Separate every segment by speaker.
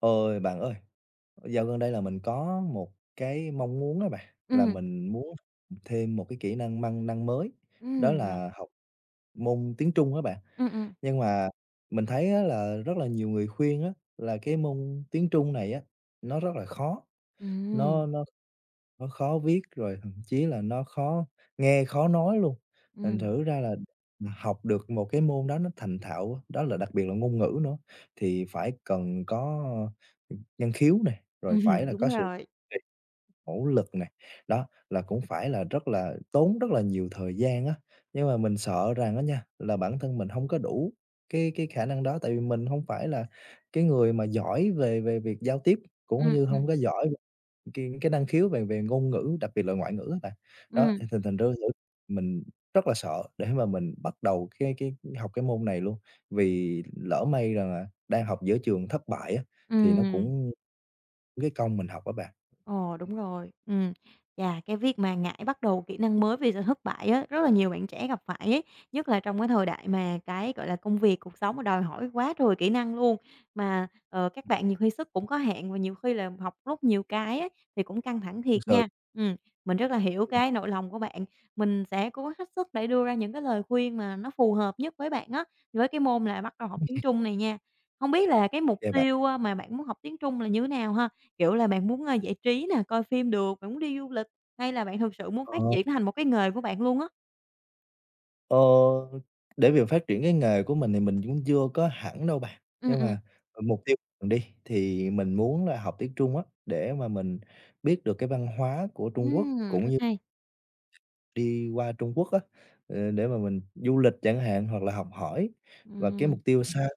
Speaker 1: Ôi, bạn ơi, dạo gần đây là mình có một cái mong muốn đó bạn, là
Speaker 2: Ừm,
Speaker 1: mình muốn thêm một cái kỹ năng măng năng mới, đó
Speaker 2: rồi,
Speaker 1: là học môn tiếng Trung á bạn.
Speaker 2: ừm, ừm,
Speaker 1: Nhưng mà mình thấy á là rất là nhiều người khuyên á, là cái môn tiếng Trung này á, nó rất là khó,
Speaker 2: ừm,
Speaker 1: nó nó nó khó viết, rồi thậm chí là nó khó nghe, khó nói luôn. Thành
Speaker 2: ừm,
Speaker 1: thử ra là mà học được một cái môn đó nó thành thạo á, đó là đặc biệt là ngôn ngữ nữa, thì phải cần có, năng khiếu này, rồi
Speaker 2: ừm,
Speaker 1: phải là
Speaker 2: đúng
Speaker 1: có sự
Speaker 2: rồi.
Speaker 1: nỗ lực này đó, là cũng phải là rất là tốn rất là nhiều thời gian á. Nhưng mà mình sợ rằng á nha, là bản thân mình không có đủ cái khả năng đó, tại vì mình không phải là cái người mà giỏi về về việc giao tiếp, cũng
Speaker 2: Ừm,
Speaker 1: như
Speaker 2: ừm,
Speaker 1: không có giỏi cái năng khiếu về về ngôn ngữ, đặc biệt là ngoại ngữ á bạn. Đó,
Speaker 2: ừm,
Speaker 1: thì thành thành ra thử mình rất là sợ để mà mình bắt đầu cái học cái môn này luôn, vì lỡ may rằng là đang học giữa trường thất bại á, thì nó
Speaker 2: ừm.
Speaker 1: cũng cái công mình học á bạn.
Speaker 2: Ồ, đúng rồi. Ừ, và cái việc mà ngại bắt đầu kỹ năng mới vì sợ thất bại á, rất là nhiều bạn trẻ gặp phải ấy, nhất là trong cái thời đại mà cái, gọi là, công việc, cuộc sống mà đòi hỏi quá trời kỹ năng luôn. Mà, các bạn nhiều khi sức cũng có hạn và nhiều khi là học lúc nhiều cái á, thì cũng căng thẳng thiệt
Speaker 1: Thực sự,
Speaker 2: nha. Ừ, mình rất là hiểu
Speaker 1: ừm,
Speaker 2: cái nỗi lòng của bạn. Mình sẽ cố gắng hết sức để đưa ra những cái lời khuyên mà nó phù hợp nhất với bạn á, với cái môn là bắt đầu học tiếng Trung này nha. Không biết là cái mục
Speaker 1: yeah, bạn.
Speaker 2: tiêu, mà bạn muốn học tiếng Trung là như thế nào ha? Kiểu là, bạn muốn, giải trí nè, coi phim được, bạn muốn đi du lịch, hay là bạn thực sự muốn
Speaker 1: Ờ,
Speaker 2: phát triển nó thành một cái nghề của bạn luôn á?
Speaker 1: ờ, để việc phát triển cái nghề của mình thì mình cũng chưa có hẳn đâu bạn,
Speaker 2: Ừm,
Speaker 1: nhưng
Speaker 2: ừm.
Speaker 1: mà, mục tiêu mình đi, thì mình muốn là học tiếng Trung á, để mà mình biết được cái văn hóa của Trung Quốc, cũng
Speaker 2: Rất hay.
Speaker 1: đi qua Trung Quốc á, để mà mình du lịch chẳng hạn hoặc là học hỏi. Và cái
Speaker 2: Ừm.
Speaker 1: mục tiêu xa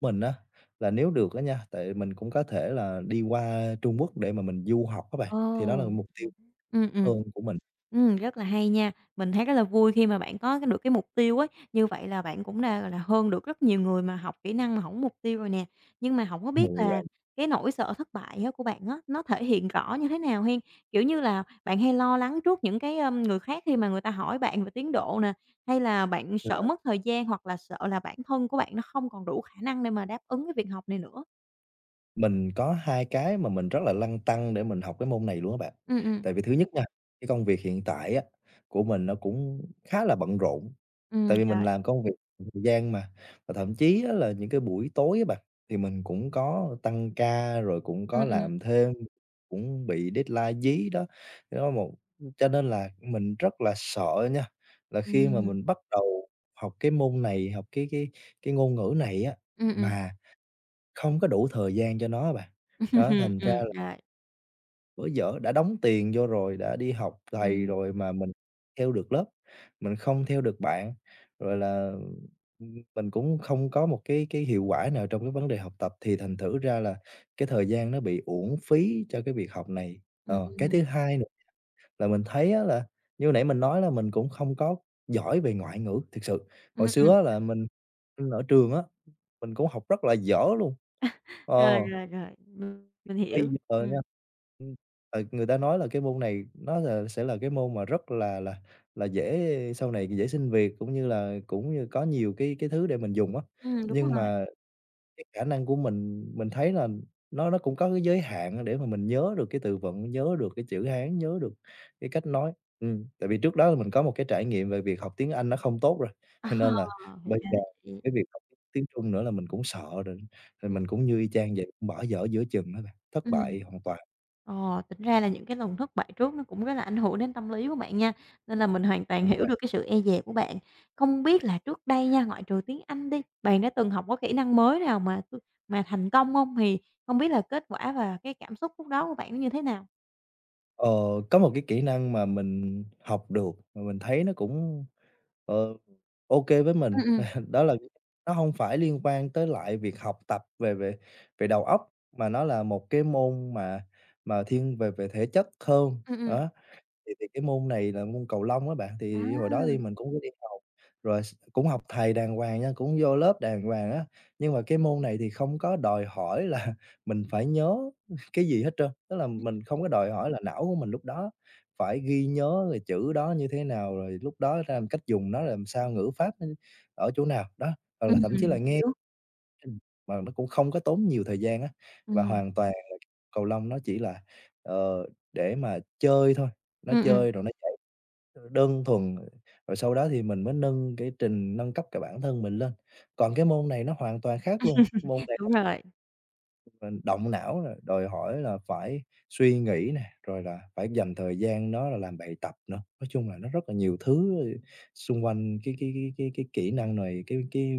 Speaker 1: của mình á, là nếu được á nha, tại mình cũng có thể là đi qua Trung Quốc để mà mình du học các bạn,
Speaker 2: Ồ.
Speaker 1: thì đó là mục tiêu
Speaker 2: Ừm, ừm.
Speaker 1: hơn của mình.
Speaker 2: Rất là hay nha. Mình thấy rất là vui khi mà bạn có cái được cái mục tiêu ấy, như vậy là bạn cũng đã, gọi là, hơn được rất nhiều người mà học kỹ năng mà không có mục tiêu rồi nè. Nhưng mà không có biết
Speaker 1: Rồi
Speaker 2: là
Speaker 1: bạn,
Speaker 2: cái nỗi sợ thất bại á của bạn á, nó thể hiện rõ như thế nào hen? Kiểu như là, bạn hay lo lắng trước những cái, người khác khi mà người ta hỏi bạn về tiến độ nè, hay là bạn sợ
Speaker 1: rồi
Speaker 2: mất thời gian hoặc là sợ là bản thân của bạn nó không còn đủ khả năng để mà đáp ứng cái việc học này nữa?
Speaker 1: mình có hai cái mà mình rất là lăn tăn để mình học cái môn này luôn các bạn.
Speaker 2: Ừm, ừm.
Speaker 1: Tại vì thứ nhất nha, cái công việc hiện tại á, của mình nó cũng khá là bận rộn. Tại vì mình
Speaker 2: Rồi.
Speaker 1: làm công việc thời gian mà, và thậm chí á là những cái buổi tối á bạn, thì mình cũng có tăng ca rồi cũng
Speaker 2: Ừm,
Speaker 1: có
Speaker 2: ừm.
Speaker 1: làm thêm, cũng bị deadline dí đó. Thế Đó một Cho nên là mình rất là sợ nha, là khi mà
Speaker 2: Ừm.
Speaker 1: mình bắt đầu học cái môn này, học cái ngôn ngữ này á,
Speaker 2: Ừm, ừm.
Speaker 1: mà không có đủ thời gian cho nó á bạn. Đó, thành ra
Speaker 2: Rồi.
Speaker 1: bữa dở, đã đóng tiền vô rồi, đã đi học thầy
Speaker 2: Ừm,
Speaker 1: rồi mà mình theo được lớp, mình không theo được bạn, rồi là, mình cũng không có một cái hiệu quả nào trong cái vấn đề học tập, thì thành thử ra là cái thời gian nó bị uổng phí cho cái việc học này. Ờ,
Speaker 2: ừm,
Speaker 1: cái thứ hai nữa là mình thấy á là như nãy mình nói là mình cũng không có giỏi về ngoại ngữ thực sự. Hồi
Speaker 2: ừm, ừm.
Speaker 1: xưa á là mình, ừ, ở trường á, mình cũng học rất là dở luôn.
Speaker 2: Rồi,
Speaker 1: Ờ.
Speaker 2: rồi, rồi, mình
Speaker 1: Bây
Speaker 2: hiểu.
Speaker 1: giờ nha,
Speaker 2: Ừm,
Speaker 1: ừm, người ta nói là cái môn này nó là sẽ là cái môn mà rất là là dễ, sau này dễ xin việc, cũng như là cũng như có nhiều cái thứ để mình dùng á.
Speaker 2: đúng
Speaker 1: Nhưng
Speaker 2: rồi.
Speaker 1: mà cái khả năng của mình thấy là nó cũng có cái giới hạn để mà mình nhớ được cái từ vựng, nhớ được cái chữ Hán, nhớ được cái cách nói. Tại vì trước đó là mình có một cái trải nghiệm về việc học tiếng Anh nó không tốt rồi,
Speaker 2: Ờ,
Speaker 1: cho nên là
Speaker 2: thì
Speaker 1: bây
Speaker 2: ra
Speaker 1: giờ
Speaker 2: là vậy.
Speaker 1: cái việc học tiếng Trung nữa là mình cũng sợ rồi, rồi
Speaker 2: Ừm,
Speaker 1: mình cũng như y chang vậy, cũng bỏ dở giữa chừng á bạn, thất
Speaker 2: ừm.
Speaker 1: bại hoàn toàn.
Speaker 2: Ờ, tính ra là những cái lần thất bại trước nó cũng rất là ảnh hưởng đến tâm lý của bạn nha, nên là mình hoàn toàn
Speaker 1: Rõ
Speaker 2: hiểu được
Speaker 1: ràng.
Speaker 2: cái sự e dè của bạn. Không biết là trước đây nha, ngoại trừ tiếng Anh đi, bạn đã từng học có kỹ năng mới nào mà thành công không? Thì không biết là kết quả và cái cảm xúc lúc đó của bạn nó như thế nào?
Speaker 1: Ờ, có một cái kỹ năng mà mình học được mà mình thấy nó cũng ờ, ô kê với
Speaker 2: Ừm,
Speaker 1: mình.
Speaker 2: ừm,
Speaker 1: Đó là nó không phải liên quan tới lại việc học tập về về về đầu óc, mà nó là một cái môn mà thiên về về thể chất hơn,
Speaker 2: ừm, ừm.
Speaker 1: đó. Thì cái môn này là môn cầu lông á bạn,
Speaker 2: À,
Speaker 1: thì hồi đó thì mình cũng có đi học, rồi cũng học thầy đàng hoàng nha, cũng vô lớp đàng hoàng á. Nhưng mà cái môn này thì không có đòi hỏi là mình phải nhớ cái gì hết trơn, tức là mình không có đòi hỏi là não của mình lúc đó phải ghi nhớ rồi chữ đó như thế nào, rồi lúc đó ra cách dùng nó làm sao, ngữ pháp nó ở chỗ nào, đó, hoặc là thậm chí là
Speaker 2: mình
Speaker 1: nghe
Speaker 2: hiểu.
Speaker 1: trình mà nó cũng không có tốn nhiều thời gian á, và
Speaker 2: Ừm,
Speaker 1: hoàn toàn cầu lông nó chỉ là, ờ, để mà chơi thôi, nó
Speaker 2: ừm, ừm,
Speaker 1: chơi rồi nó chạy, đơn thuần, rồi sau đó thì mình mới nâng cái trình, nâng cấp cái bản thân mình lên. Còn cái môn này nó hoàn toàn khác luôn, môn này là
Speaker 2: đúng rồi.
Speaker 1: mình động não nè, đòi hỏi là phải suy nghĩ nè, rồi là phải dành thời gian đó là làm bài tập nữa. Nói chung là nó rất là nhiều thứ, xung quanh cái kỹ năng này,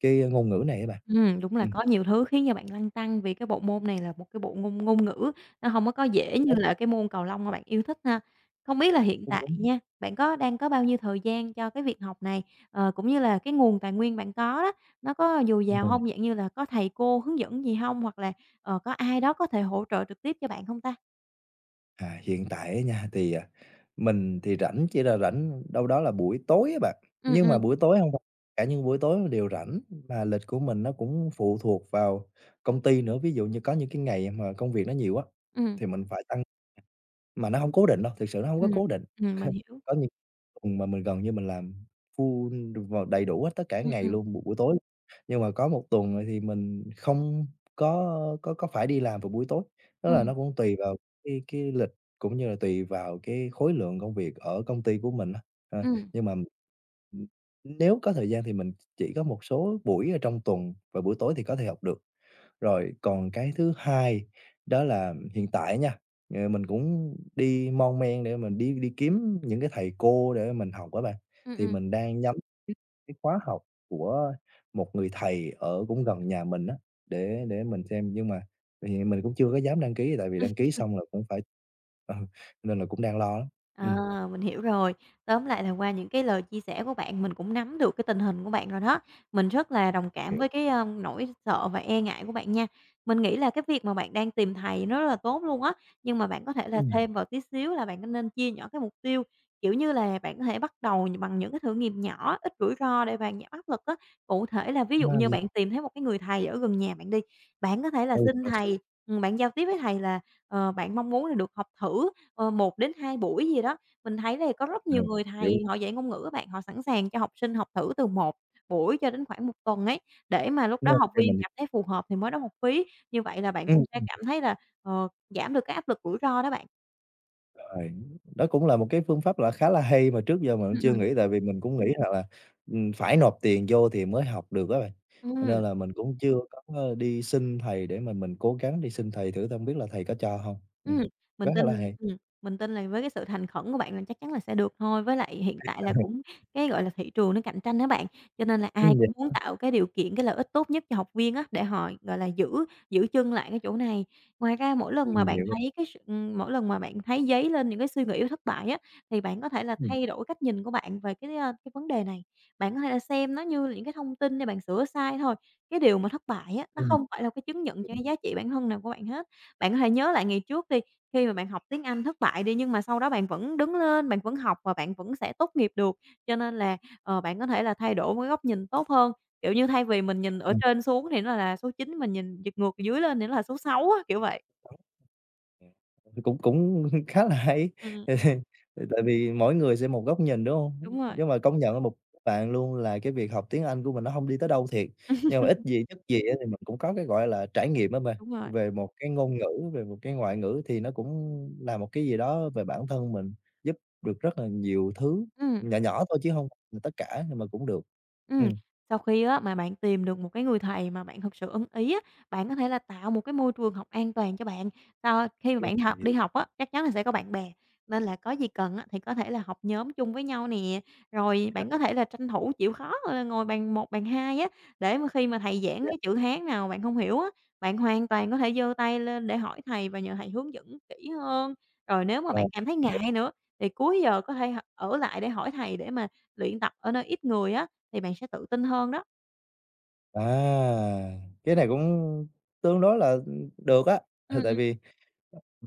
Speaker 1: cái ngôn ngữ này các bạn.
Speaker 2: Đúng là
Speaker 1: Ừm,
Speaker 2: có nhiều thứ khiến cho bạn lăn tăn vì cái bộ môn này là một cái bộ ngôn ngôn ngữ, nó hông có dễ
Speaker 1: chính
Speaker 2: như
Speaker 1: xác,
Speaker 2: là cái môn cầu lông mà bạn yêu thích ha. Không biết là hiện tại
Speaker 1: đúng,
Speaker 2: nha, bạn có đang có bao nhiêu thời gian cho cái việc học này, ờ, cũng như là cái nguồn tài nguyên bạn có đó, nó có dồi dào
Speaker 1: ừ.
Speaker 2: hông? Dạng như là có thầy cô hướng dẫn gì hông? Hoặc là, ờ, có ai đó có thể hỗ trợ trực tiếp cho bạn hông ta?
Speaker 1: À, hiện tại á nha, mình thì rảnh chỉ là rảnh đâu đó là buổi tối á bạn,
Speaker 2: Ừm,
Speaker 1: nhưng mà
Speaker 2: ừm,
Speaker 1: buổi tối không phải cả những buổi tối mình đều rảnh, mà lịch của mình nó cũng phụ thuộc vào công ty nữa. Ví dụ như có những cái ngày mà công việc nó nhiều á,
Speaker 2: ừm,
Speaker 1: thì mình phải tăng, mà nó không cố định đâu, thực sự nó không có
Speaker 2: ừm,
Speaker 1: cố định.
Speaker 2: mình hiểu.
Speaker 1: Có tuần mà mình gần như mình làm full được vào đầy đủ hết tất cả
Speaker 2: Ừm,
Speaker 1: ngày
Speaker 2: ừm,
Speaker 1: luôn, buổi buổi tối. Nhưng mà có một tuần, rồi thì mình không có phải đi làm vào buổi tối, tức là
Speaker 2: ừm,
Speaker 1: nó cũng tùy vào cái lịch, cũng như là tùy vào cái khối lượng công việc ở công ty của mình á. Ờ,
Speaker 2: ừm,
Speaker 1: nhưng mà, nếu có thời gian thì mình chỉ có một số buổi ở trong tuần và buổi tối thì có thể học được. Rồi còn cái thứ hai đó là hiện tại nha, mình cũng đi mon men để mình đi đi kiếm những cái thầy cô để mình học á bạn.
Speaker 2: ừm,
Speaker 1: Thì
Speaker 2: ừm.
Speaker 1: mình đang nhắm cái khóa học của một người thầy ở cũng gần nhà mình á, để mình xem, nhưng mà thì mình cũng chưa có dám đăng ký, tại vì đăng ký xong là cũng phải ừ, nên là cũng đang lo lắm. Ừm,
Speaker 2: Ờ, mình hiểu rồi. Tóm lại là qua những cái lời chia sẻ của bạn, mình cũng nắm được cái tình hình của bạn rồi đó. Mình rất là đồng cảm
Speaker 1: hiểu.
Speaker 2: với cái, nỗi sợ và e ngại của bạn nha. Mình nghĩ là cái việc mà bạn đang tìm thầy nó rất là tốt luôn á, nhưng mà bạn có thể là
Speaker 1: Ừm,
Speaker 2: thêm vào tí xíu là bạn nên chia nhỏ cái mục tiêu, kiểu như là, bạn có thể bắt đầu bằng những cái thử nghiệm nhỏ, ít rủi ro để bạn giảm áp lực á. Cụ thể là ví dụ
Speaker 1: à,
Speaker 2: như
Speaker 1: yeah,
Speaker 2: bạn tìm thấy một cái người thầy ở gần nhà bạn đi, bạn có thể là
Speaker 1: ừ,
Speaker 2: xin
Speaker 1: rồi sao?
Speaker 2: thầy, bạn giao tiếp với thầy là, bạn mong muốn là được học thử một đến hai buổi gì đó. Mình thấy là có rất
Speaker 1: Ờ,
Speaker 2: nhiều người thầy
Speaker 1: hiểu,
Speaker 2: họ dạy ngôn ngữ á bạn, họ sẵn sàng cho học sinh học thử từ một buổi cho đến khoảng một tuần ấy, để mà lúc
Speaker 1: đúng
Speaker 2: đó
Speaker 1: rồi,
Speaker 2: học
Speaker 1: theo
Speaker 2: viên
Speaker 1: mình
Speaker 2: cảm thấy phù hợp thì mới đóng học phí. Như vậy là bạn cũng sẽ
Speaker 1: ừm.
Speaker 2: cảm thấy là, giảm được cái áp lực rủi ro đó bạn.
Speaker 1: Rồi, đó cũng là một cái phương pháp là khá là hay mà trước giờ mình
Speaker 2: Ừm,
Speaker 1: chưa
Speaker 2: ừm.
Speaker 1: nghĩ, tại vì mình cũng nghĩ rằng là, phải nộp tiền vô thì mới học được á bạn. Cho
Speaker 2: Ừm.
Speaker 1: nên là mình cũng chưa có, đi xin thầy, để mà mình cố gắng đi xin thầy thử thôi, hông biết là thầy có cho hông?
Speaker 2: Ừm, mình
Speaker 1: Rất
Speaker 2: tin
Speaker 1: là hay.
Speaker 2: ừm, mình tin là với cái sự thành khẩn của bạn là chắc chắn là sẽ được thôi. Với lại hiện tại là cũng cái, gọi là, thị trường nó cạnh tranh á bạn, cho nên là ai
Speaker 1: Dạ,
Speaker 2: cũng muốn tạo cái điều kiện, cái lợi ích tốt nhất cho học viên á, để họ, gọi là, giữ giữ chân lại cái chỗ này. Ngoài ra mỗi lần mà
Speaker 1: mình
Speaker 2: bạn
Speaker 1: hiểu rồi.
Speaker 2: thấy cái s mỗi lần mà bạn thấy dấy lên những cái suy nghĩ thất bại á, thì bạn có thể là
Speaker 1: Ừm,
Speaker 2: thay đổi cách nhìn của bạn về cái, cái vấn đề này. Bạn có thể là xem nó như là những cái thông tin để bạn sửa sai thôi. Cái điều mà thất bại á, nó
Speaker 1: ừm.
Speaker 2: không phải là cái chứng nhận cho cái giá trị bản thân nào của bạn hết. Bạn có thể nhớ lại ngày trước đi, khi mà bạn học tiếng Anh thất bại đi, nhưng mà sau đó bạn vẫn đứng lên, bạn vẫn học và bạn vẫn sẽ tốt nghiệp được. Cho nên là, ờ, bạn có thể là thay đổi một cái góc nhìn tốt hơn, kiểu như, thay vì mình nhìn ở trên xuống thì nó là số chín, mình nhìn giật ngược dưới lên thì nó là số sáu á, kiểu vậy.
Speaker 1: Ừm, cũng cũng khá là hay,
Speaker 2: Ừm,
Speaker 1: tại tại vì mỗi người sẽ một góc nhìn, đúng
Speaker 2: đúng
Speaker 1: hông?
Speaker 2: rồi.
Speaker 1: Nhưng mà công nhận là một bạn luôn, là cái việc học tiếng Anh của mình nó hông đi tới đâu thiệt, nhưng mà ít gì nhất gì á thì mình cũng có cái, gọi là, trải nghiệm á bạn,
Speaker 2: Đúng rồi.
Speaker 1: về một cái ngôn ngữ, về một cái ngoại ngữ thì nó cũng là một cái gì đó về bản thân mình, giúp được rất là nhiều thứ,
Speaker 2: Ừm.
Speaker 1: nhỏ nhỏ thôi chứ hông là tất cả nhưng mà cũng được.
Speaker 2: Ừm,
Speaker 1: Ừm,
Speaker 2: sau khi á mà bạn tìm được một cái người thầy mà bạn thực sự ưng ý á, bạn có thể là tạo một cái môi trường học an toàn cho bạn. Sau khi mà bạn học đi học á, chắc chắn là sẽ có bạn bè, nên là có gì cần á thì có thể là học nhóm chung với nhau nè. Rồi bạn có thể là tranh thủ chịu khó, ờ, ngồi bàn một bàn 2 á, để mà khi mà thầy giảng
Speaker 1: dạ,
Speaker 2: cái chữ Hán nào bạn không hiểu á, bạn hoàn toàn có thể giơ tay lên để hỏi thầy và nhờ thầy hướng dẫn kỹ hơn. Rồi nếu mà bạn
Speaker 1: rồi.
Speaker 2: cảm thấy ngại nữa thì cuối giờ có thể ở lại để hỏi thầy để mà luyện tập ở nơi ít người á. Thì bạn sẽ tự tin hơn đó.
Speaker 1: À, cái này cũng tương đối là được á,
Speaker 2: Ừm,
Speaker 1: tại
Speaker 2: ừm,
Speaker 1: vì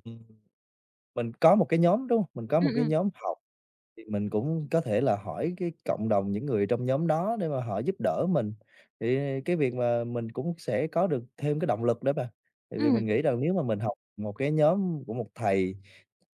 Speaker 1: ừm, mình có một cái nhóm, đúng không? Mình có một
Speaker 2: ừm,
Speaker 1: cái
Speaker 2: ừm,
Speaker 1: nhóm học, thì mình cũng có thể là hỏi cái cộng đồng những người trong nhóm đó để mà họ giúp đỡ mình, thì cái việc mà mình cũng sẽ có được thêm cái động lực nữa bà. Tại vì mình
Speaker 2: ừm,
Speaker 1: nghĩ rằng nếu mà mình học một cái nhóm của một thầy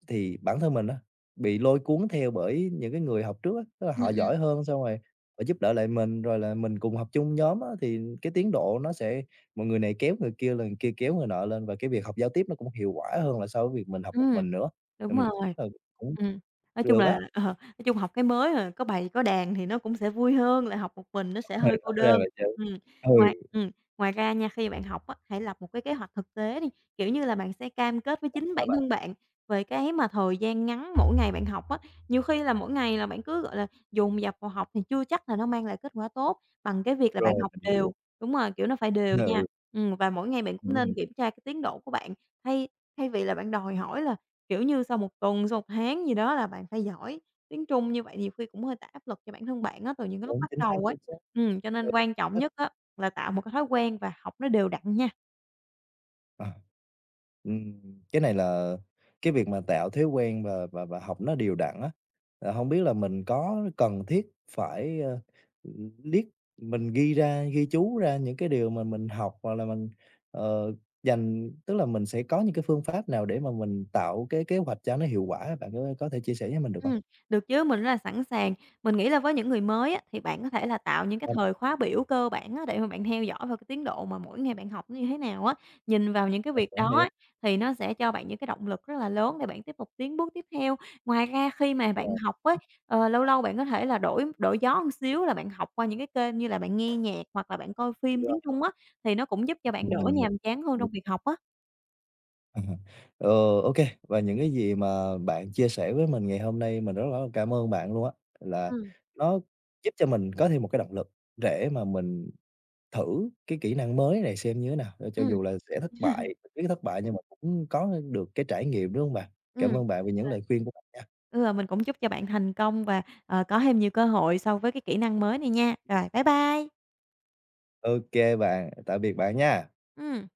Speaker 1: thì bản thân mình á, bị lôi cuốn theo bởi những cái người học trước á, tức là
Speaker 2: ừm,
Speaker 1: họ
Speaker 2: ừm,
Speaker 1: giỏi hơn, xong rồi họ giúp đỡ lại mình, rồi là mình cùng học chung nhóm á, thì cái tiến độ nó sẽ một người này kéo người kia, rồi người kia kéo người nọ lên, và cái việc học giao tiếp nó cũng hiệu quả hơn là so với việc mình học một
Speaker 2: ừm,
Speaker 1: mình nữa.
Speaker 2: Đúng
Speaker 1: Nên mình
Speaker 2: rồi.
Speaker 1: ừ, cũng
Speaker 2: Ừm, nói chung
Speaker 1: được
Speaker 2: là
Speaker 1: á,
Speaker 2: ờ, nói chung học cái mới rồi có bầy có đàn thì nó cũng sẽ vui hơn là học một mình nó sẽ
Speaker 1: ừ,
Speaker 2: hơi cô
Speaker 1: rõ ràng
Speaker 2: đơn.
Speaker 1: là vậy.
Speaker 2: Ừm, ngoài
Speaker 1: Ừ,
Speaker 2: ngoài ra nha, khi bạn học á, hãy lập một cái kế hoạch thực tế đi, kiểu như là, bạn sẽ cam kết với chính
Speaker 1: ra
Speaker 2: bản
Speaker 1: vậy,
Speaker 2: thân bạn về cái mà thời gian ngắn mỗi ngày bạn học á. Nhiều khi là mỗi ngày là bạn cứ, gọi là, dồn dập vào học thì chưa chắc là nó mang lại kết quả tốt bằng cái việc là bạn
Speaker 1: rồi
Speaker 2: học
Speaker 1: mình hiểu.
Speaker 2: đều. Đúng rồi, kiểu, nó phải đều nha.
Speaker 1: Ừ,
Speaker 2: Và mỗi ngày bạn cũng nên
Speaker 1: ừm,
Speaker 2: kiểm tra cái tiến độ của bạn, thay thay vì là bạn đòi hỏi là, kiểu như, sau một tuần, sau 1 tháng gì đó là bạn phải giỏi tiếng Trung, như vậy nhiều khi cũng hơi tạo áp lực cho bản thân bạn á, từ những cái lúc
Speaker 1: đúng,
Speaker 2: bắt
Speaker 1: chính xác,
Speaker 2: đầu ấy.
Speaker 1: chính xác.
Speaker 2: Cho nên quan trọng nhất á là tạo một cái thói quen và học nó đều đặn nha.
Speaker 1: Ờ. Ừm, cái này là cái việc mà tạo thói quen và học nó đều đặn á, hông biết là mình có cần thiết phải, liếc mình ghi ra, ghi chú ra những cái điều mà mình học, hoặc là mình, ờ, dành, tức là mình sẽ có những cái phương pháp nào để mà mình tạo cái kế hoạch cho nó hiệu quả, bạn có thể chia sẻ với mình được hông?
Speaker 2: Ừm, được chứ, mình rất là sẵn sàng. Mình nghĩ là với những người mới á, thì bạn có thể là tạo những cái
Speaker 1: Sao
Speaker 2: thời
Speaker 1: bạn?
Speaker 2: khóa biểu cơ bản á, để mà bạn theo dõi vào cái tiến độ mà mỗi ngày bạn học nó như thế nào á. Nhìn vào những cái việc đó á, thì nó sẽ cho bạn những cái động lực rất là lớn để bạn tiếp tục tiến bước tiếp theo. Ngoài ra khi mà bạn học ấy, ờ, lâu lâu bạn có thể là đổi đổi gió một xíu là bạn học qua những cái kênh như là bạn nghe nhạc hoặc là bạn coi phim tiếng Trung á, thì nó cũng giúp cho bạn đỡ
Speaker 1: Mình hiểu.
Speaker 2: nhàm chán hơn trong việc học á.
Speaker 1: À, ờ, ô và những cái gì mà bạn chia sẻ với mình ngày hôm nay mình rất là cảm ơn bạn luôn á, là
Speaker 2: Ừm,
Speaker 1: nó giúp cho mình có thêm một cái động lực để mà mình thử cái kỹ năng mới này xem như thế nào. Ờ, cho
Speaker 2: ừm.
Speaker 1: dù là sẽ thất bại, mình biết thất bại, nhưng mà cũng có được cái trải nghiệm, đúng không bạn?
Speaker 2: Ừm.
Speaker 1: Cảm ơn bạn vì những lời khuyên của bạn nha.
Speaker 2: Ừ, mình cũng chúc cho bạn thành công và, ờ, có thêm nhiều cơ hội so với cái kỹ năng mới này nha. Rồi, bye bye.
Speaker 1: OK bạn, tạm biệt bạn nha.
Speaker 2: Ừ.